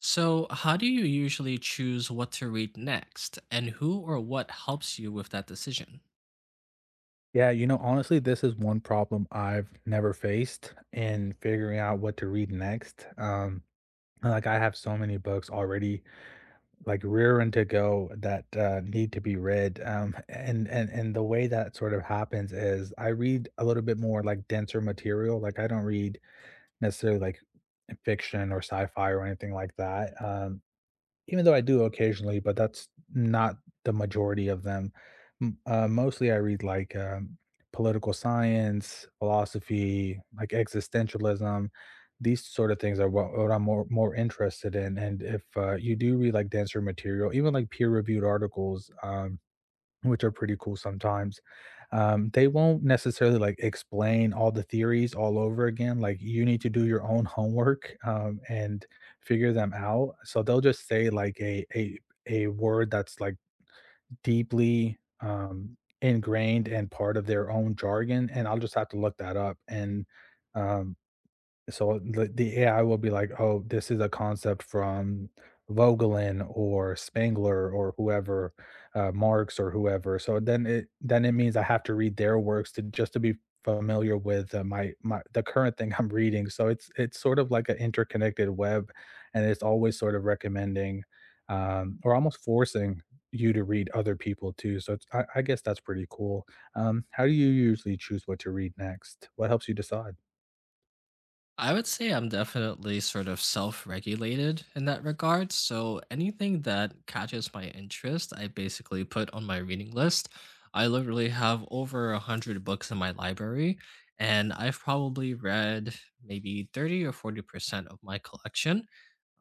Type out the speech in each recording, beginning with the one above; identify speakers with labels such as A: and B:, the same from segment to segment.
A: So, how do you usually choose what to read next, and who or what helps you with that decision?
B: Honestly, this is one problem I've never faced in figuring out what to read next. Like I have so many books already like rearing to go that need to be read. And the way that sort of happens is I read a little bit more like denser material. Like I don't read necessarily like fiction or sci-fi or anything like that. Even though I do occasionally, but that's not the majority of them. M Mostly I read, like, political science, philosophy, like existentialism. These sort of things are what I'm more interested in, and if, you do read, like, denser material, even, like, peer-reviewed articles, which are pretty cool sometimes. They won't necessarily like explain all the theories all over again. Like you need to do your own homework and figure them out. So they'll just say like a word that's like deeply ingrained and part of their own jargon, and I'll just have to look that up and. Um, so the AI will be like, "Oh, this is a concept from Vogelin or Spengler or whoever, Marx or whoever." So then it means I have to read their works to just to be familiar with, my my the current thing I'm reading. So it's sort of like an interconnected web, and it's always sort of recommending, or almost forcing you to read other people too. So it's I guess that's pretty cool. How do you usually choose what to read next? What helps you decide?
A: I would say I'm definitely sort of self regulated in that regard. So, anything that catches my interest, I basically put on my reading list. I literally have over 100 books in my library, and I've probably read maybe 30 or 40% of my collection.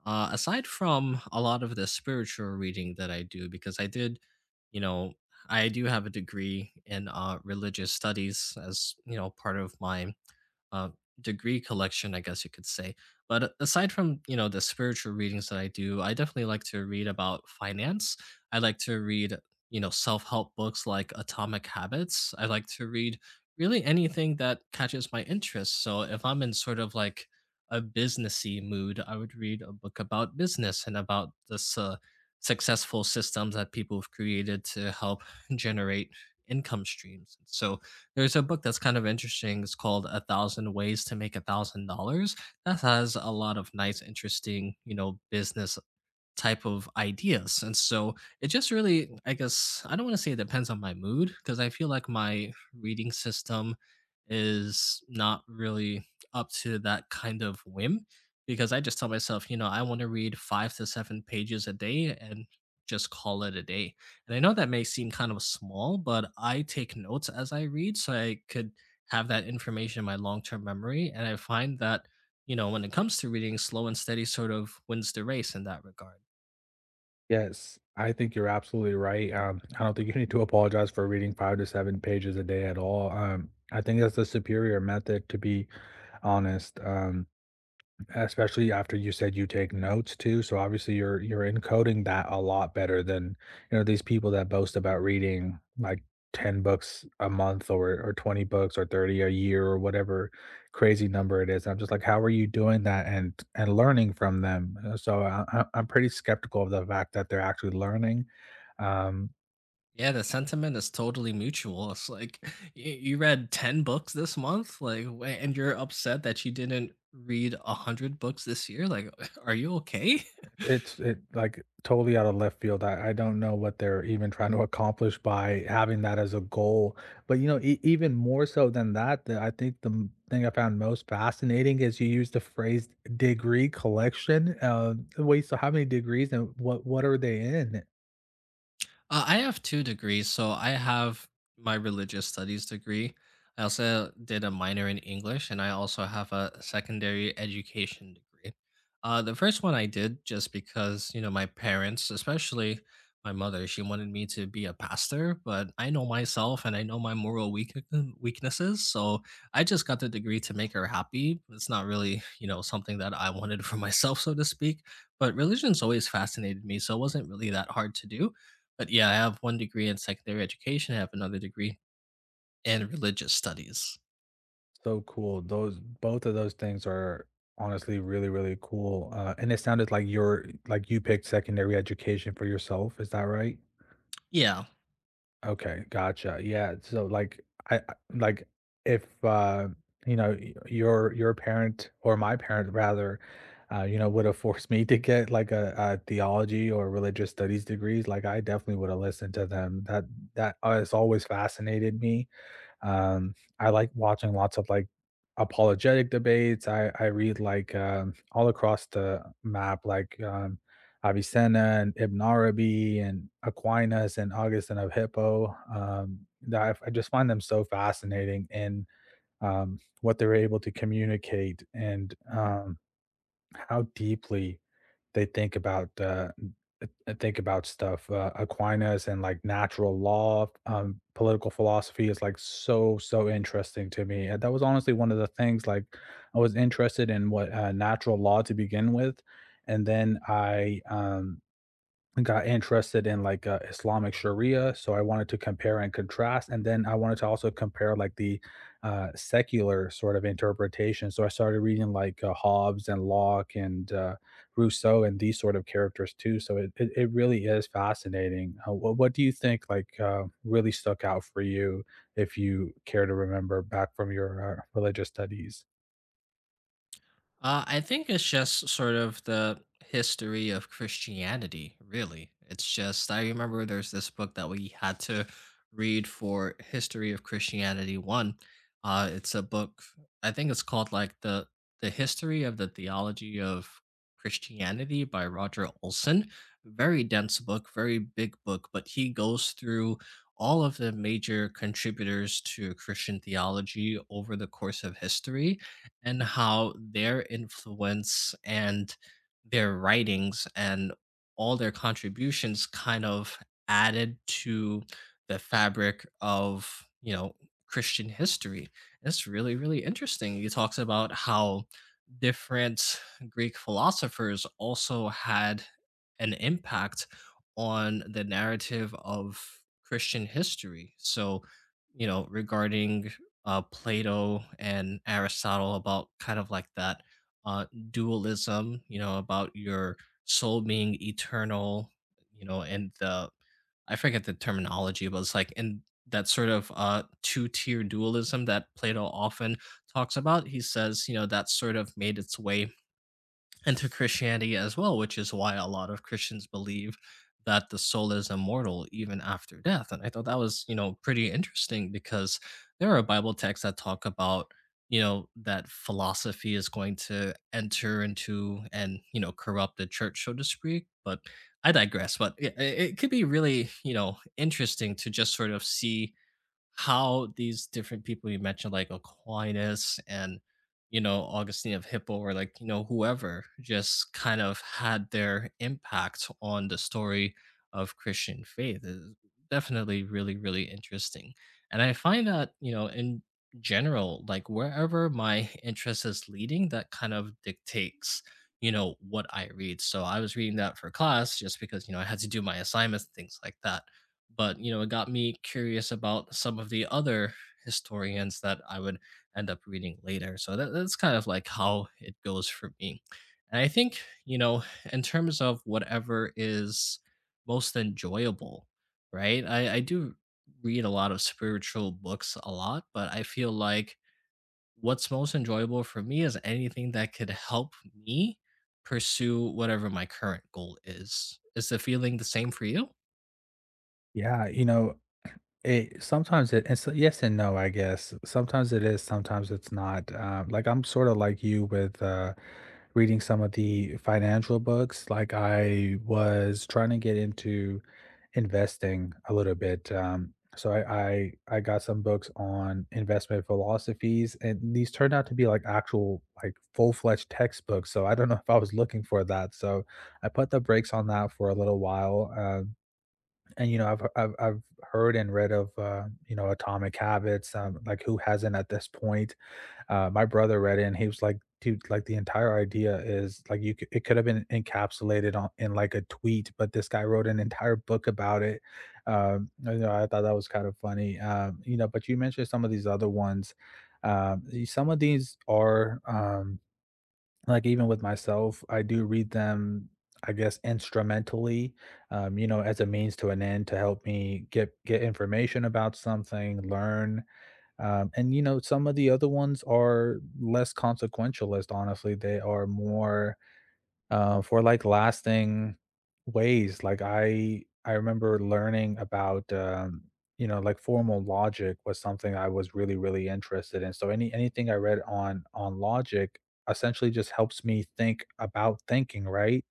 A: Aside from a lot of the spiritual reading that I do, because I did, you know, I do have a degree in religious studies as, you know, part of my uh, degree collection, I guess you could say. But aside from you know the spiritual readings that I do, I definitely like to read about finance. I like to read you know self help books like Atomic Habits. I like to read really anything that catches my interest. So if I'm in sort of like a businessy mood, I would read a book about business and about this successful systems that people have created to help generate income streams. So there's a book that's kind of interesting. It's called A Thousand Ways to Make $1,000. That has a lot of nice, interesting, you know, business type of ideas. And so it just really, I guess, I don't want to say it depends on my mood because I feel like my reading system is not really up to that kind of whim, because I just tell myself, you know, I want to read five to seven pages a day and just call it a day. And I know that may seem kind of small, but I take notes as I read so I could have that information in my long term memory. And I find that, you know, when it comes to reading, slow and steady sort of wins the race in that regard.
B: Yes, I think you're absolutely right. I don't think you need to apologize for reading 5 to 7 pages a day at all. I think that's the superior method, to be honest. Especially after you said you take notes too. So obviously you're encoding that a lot better than, you know, these people that boast about reading like 10 books a month or 20 books or 30 a year or whatever crazy number it is. I'm just like, how are you doing that and learning from them? So I'm pretty skeptical of the fact that they're actually learning. Um,
A: Yeah, the sentiment is totally mutual. It's like you read 10 books this month, like, and you're upset that you didn't read 100 books this year. Like, are you okay?
B: It's it like totally out of left field. I don't know what they're even trying to accomplish by having that as a goal. But you know, even more so than that, I think the thing I found most fascinating is you used the phrase degree collection. Wait, so how many degrees and what are they in?
A: I have two degrees. So I have my religious studies degree. I also did a minor in English, and I also have a secondary education degree. The first one I did just because, you know, my parents, especially my mother, she wanted me to be a pastor, but I know myself and I know my moral weaknesses. So I just got the degree to make her happy. It's not really, you know, something that I wanted for myself, so to speak. But religion's always fascinated me. So it wasn't really that hard to do, but yeah, I have one degree in secondary education, I have another degree in religious studies.
B: So cool. Those both of those things are honestly really cool. And it sounded like you picked secondary education for yourself. Is that right?
A: Yeah.
B: Okay, gotcha. Yeah, so, like, I like, if, you know, y your parent or my parent rather, you know, would've forced me to get, like, a theology or religious studies degrees, like, I definitely would've listened to them. That has always fascinated me, I like watching lots of like apologetic debates. I read like all across the map, like Avicenna and Ibn Arabi and Aquinas and Augustine of Hippo. That I just find them so fascinating in what they're able to communicate and how deeply they think about stuff, Aquinas and, like, natural law, political philosophy is, like, so interesting to me, and that was honestly one of the things, like, I was interested in what, natural law to begin with, and then I got interested in like Islamic Sharia, so I wanted to compare and contrast, and then I wanted to also compare like the secular sort of interpretation. So I started reading like Hobbes and Locke and Rousseau and these sort of characters too. So it really is fascinating. What do you think like really stuck out for you if you care to remember back from your religious studies?
A: I think it's just sort of the history of Christianity, really. It's just, I remember there's this book that we had to read for History of Christianity 1. It's a book, I think it's called like the History of the Theology of Christianity by Roger Olson. Very dense book, very big book, but he goes through all of the major contributors to Christian theology over the course of history, and how their influence and their writings and all their contributions kind of added to the fabric of, you know, Christian history. It's really really interesting. He talks about how different Greek philosophers also had an impact on the narrative of Christian history. So, you know, regarding Plato and Aristotle, about kind of like that dualism, you know, about your soul being eternal, you know, and the, I forget the terminology, but it's like in that sort of two tier dualism that Plato often talks about. He says, you know, that sort of made its way and to Christianity as well, which is why a lot of Christians believe that the soul is immortal even after death. And I thought that was, you know, pretty interesting because there are Bible texts that talk about, you know, that philosophy is going to enter into and, you know, corrupt the church, so to speak. But I digress. But yeah, it could be really, you know, interesting to just sort of see how these different people you mentioned, like Aquinas and, you know, Augustine of Hippo, or like, you know, whoever, just kind of had their impact on the story of Christian faith, is definitely really really interesting, and I find that, you know, in general, like wherever my interest is leading, that kind of dictates, you know, what I read. So I was reading that for class just because, you know, I had to do my assignments and things like that, but you know it got me curious about some of the other historians that I would end up reading later. So that's kind of like how it goes for me, and I think, you know, in terms of whatever is most enjoyable, right, I do read a lot of spiritual books a lot, but I feel like what's most enjoyable for me is anything that could help me pursue whatever my current goal is. Is the feeling the same for you?
B: Yeah, you know, It sometimes it it's yes and no, I guess. Sometimes it is, sometimes it's not. Like I'm sort of like you with reading some of the financial books. Like I was trying to get into investing a little bit. So I got some books on investment philosophies, and these turned out to be like actual like full fledged textbooks. So I don't know if I was looking for that. So I put the brakes on that for a little while. And you know I've heard and read of you know Atomic Habits. Like who hasn't at this point? My brother read it and he was like, dude, like the entire idea is like you. It could have been encapsulated in like a tweet, but this guy wrote an entire book about it. You know, I thought that was kind of funny. You know, but you mentioned some of these other ones. Some of these are like even with myself, I do read them, I guess, instrumentally, you know, as a means to an end to help me get information about something, learn. And you know, some of the other ones are less consequentialist, honestly. They are more for like lasting ways. Like I remember learning about you know like formal logic was something I was really interested in. So anything I read on logic essentially just helps me think about thinking, right?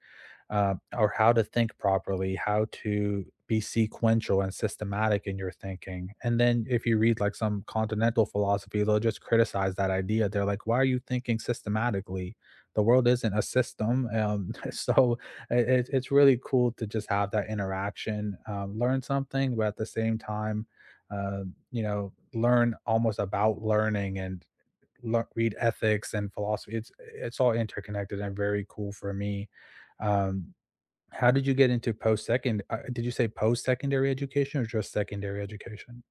B: Or how to think properly, how to be sequential and systematic in your thinking. And then if you read like some continental philosophy, they'll just criticize that idea. They're like, why are you thinking systematically? The world isn't a system. So it's really cool to just have that interaction, learn something, but at the same time, uh, you know, learn almost about learning and read ethics and philosophy. It's all interconnected and very cool for me. Um, how did you get into post-second did you say post-secondary education or just secondary education?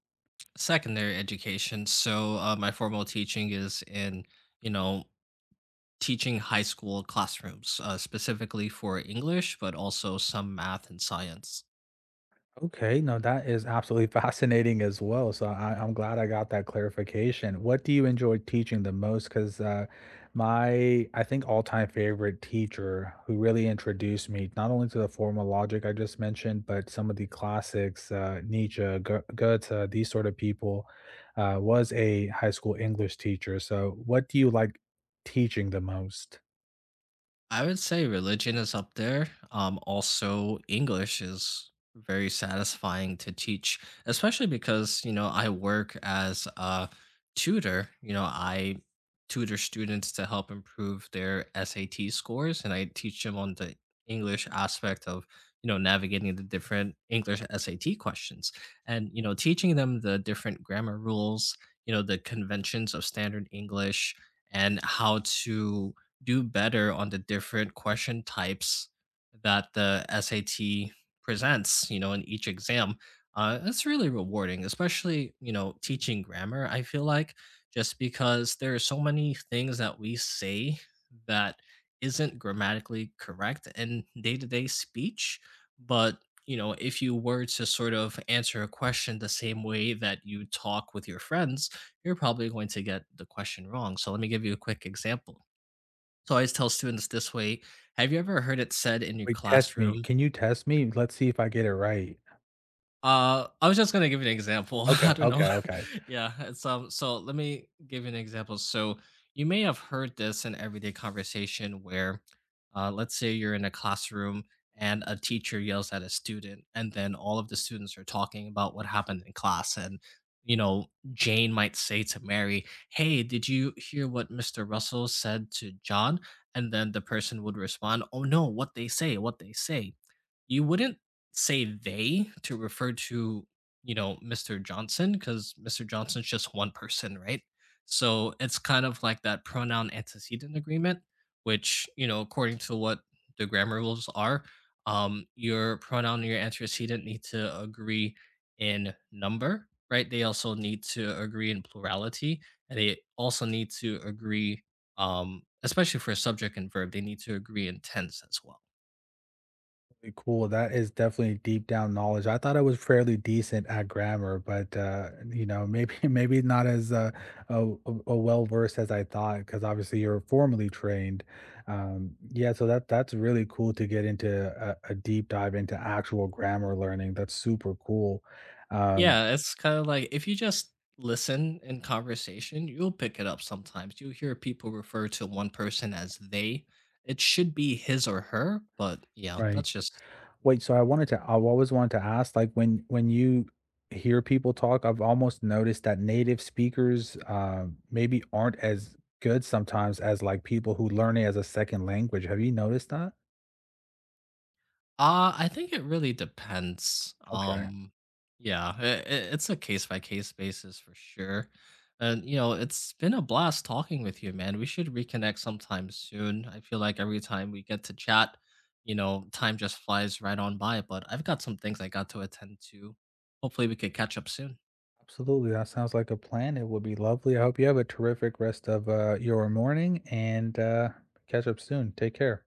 A: Secondary education. So my formal teaching is in, you know, teaching high school classrooms, specifically for English, but also some math and science.
B: Okay, no, that is absolutely fascinating as well, so I'm glad I got that clarification. What do you enjoy teaching the most? 'Cause, my, I think, all-time favorite teacher who really introduced me not only to the formal logic I just mentioned, but some of the classics, Nietzsche, Go Goethe, these sort of people, was a high school English teacher, so what do you like teaching the most?
A: I would say religion is up there. Also, English is very satisfying to teach, especially because, you know, I work as a tutor. You know, I tutor students to help improve their SAT scores, and I teach them on the English aspect of, you know, navigating the different English SAT questions, and, you know, teaching them the different grammar rules, you know, the conventions of standard English and how to do better on the different question types that the SAT presents, you know, in each exam. It's really rewarding, especially, you know, teaching grammar, I feel like, just because there are so many things that we say that isn't grammatically correct in day to day speech. But, you know, if you were to sort of answer a question the same way that you talk with your friends, you're probably going to get the question wrong. So let me give you a quick example. So I always tell students this way, have you ever heard it said in your
B: Wait, test me.
A: classroom,
B: Can you test me? Let's see if I get it right.
A: I was just gonna give you an example. I don't know.
B: Okay.
A: Yeah, it's so let me give you an example. So you may have heard this in everyday conversation where let's say you're in a classroom and a teacher yells at a student and then all of the students are talking about what happened in class and, you know, Jane might say to Mary, "Hey, did you hear what Mr. Russell said to John?" And then the person would respond, "Oh no, what they say, what they say." You wouldn't say they to refer to, you know, Mr. Johnson, because Mr. Johnson's just one person, right? So it's kind of like that pronoun antecedent agreement, which, you know, according to what the grammar rules are, your pronoun and your antecedent need to agree in number, right? They also need to agree in plurality, and they also need to agree, especially for subject and verb, they need to agree in tense as well.
B: Okay, cool. That is definitely deep down knowledge. I thought I was fairly decent at grammar, but you know, maybe maybe not as well versed as I thought, because obviously you're formally trained. Yeah, so that's really cool to get into a deep dive into actual grammar learning. That's super cool. Um,
A: Yeah, it's kind of like if you just listen in conversation, you'll pick it up sometimes. You hear people refer to one person as they. It should be his or her, but yeah,
B: right.
A: that's just.
B: Wait, so I wanted to I've always wanted to ask, like when you hear people talk, I've almost noticed that native speakers maybe aren't as good sometimes as like people who learn it as a second language. Have you noticed that?
A: I think it really depends.
B: Okay.
A: Yeah, it, it's a case by case basis for sure. And you know, it's been a blast talking with you, man. We should reconnect sometime soon. I feel like every time we get to chat, you know, time just flies right on by. But I've got some things I got to attend to. Hopefully, we could catch up soon.
B: Absolutely. That sounds like a plan. It would be lovely. I hope you have a terrific rest of your morning and catch up soon. Take care.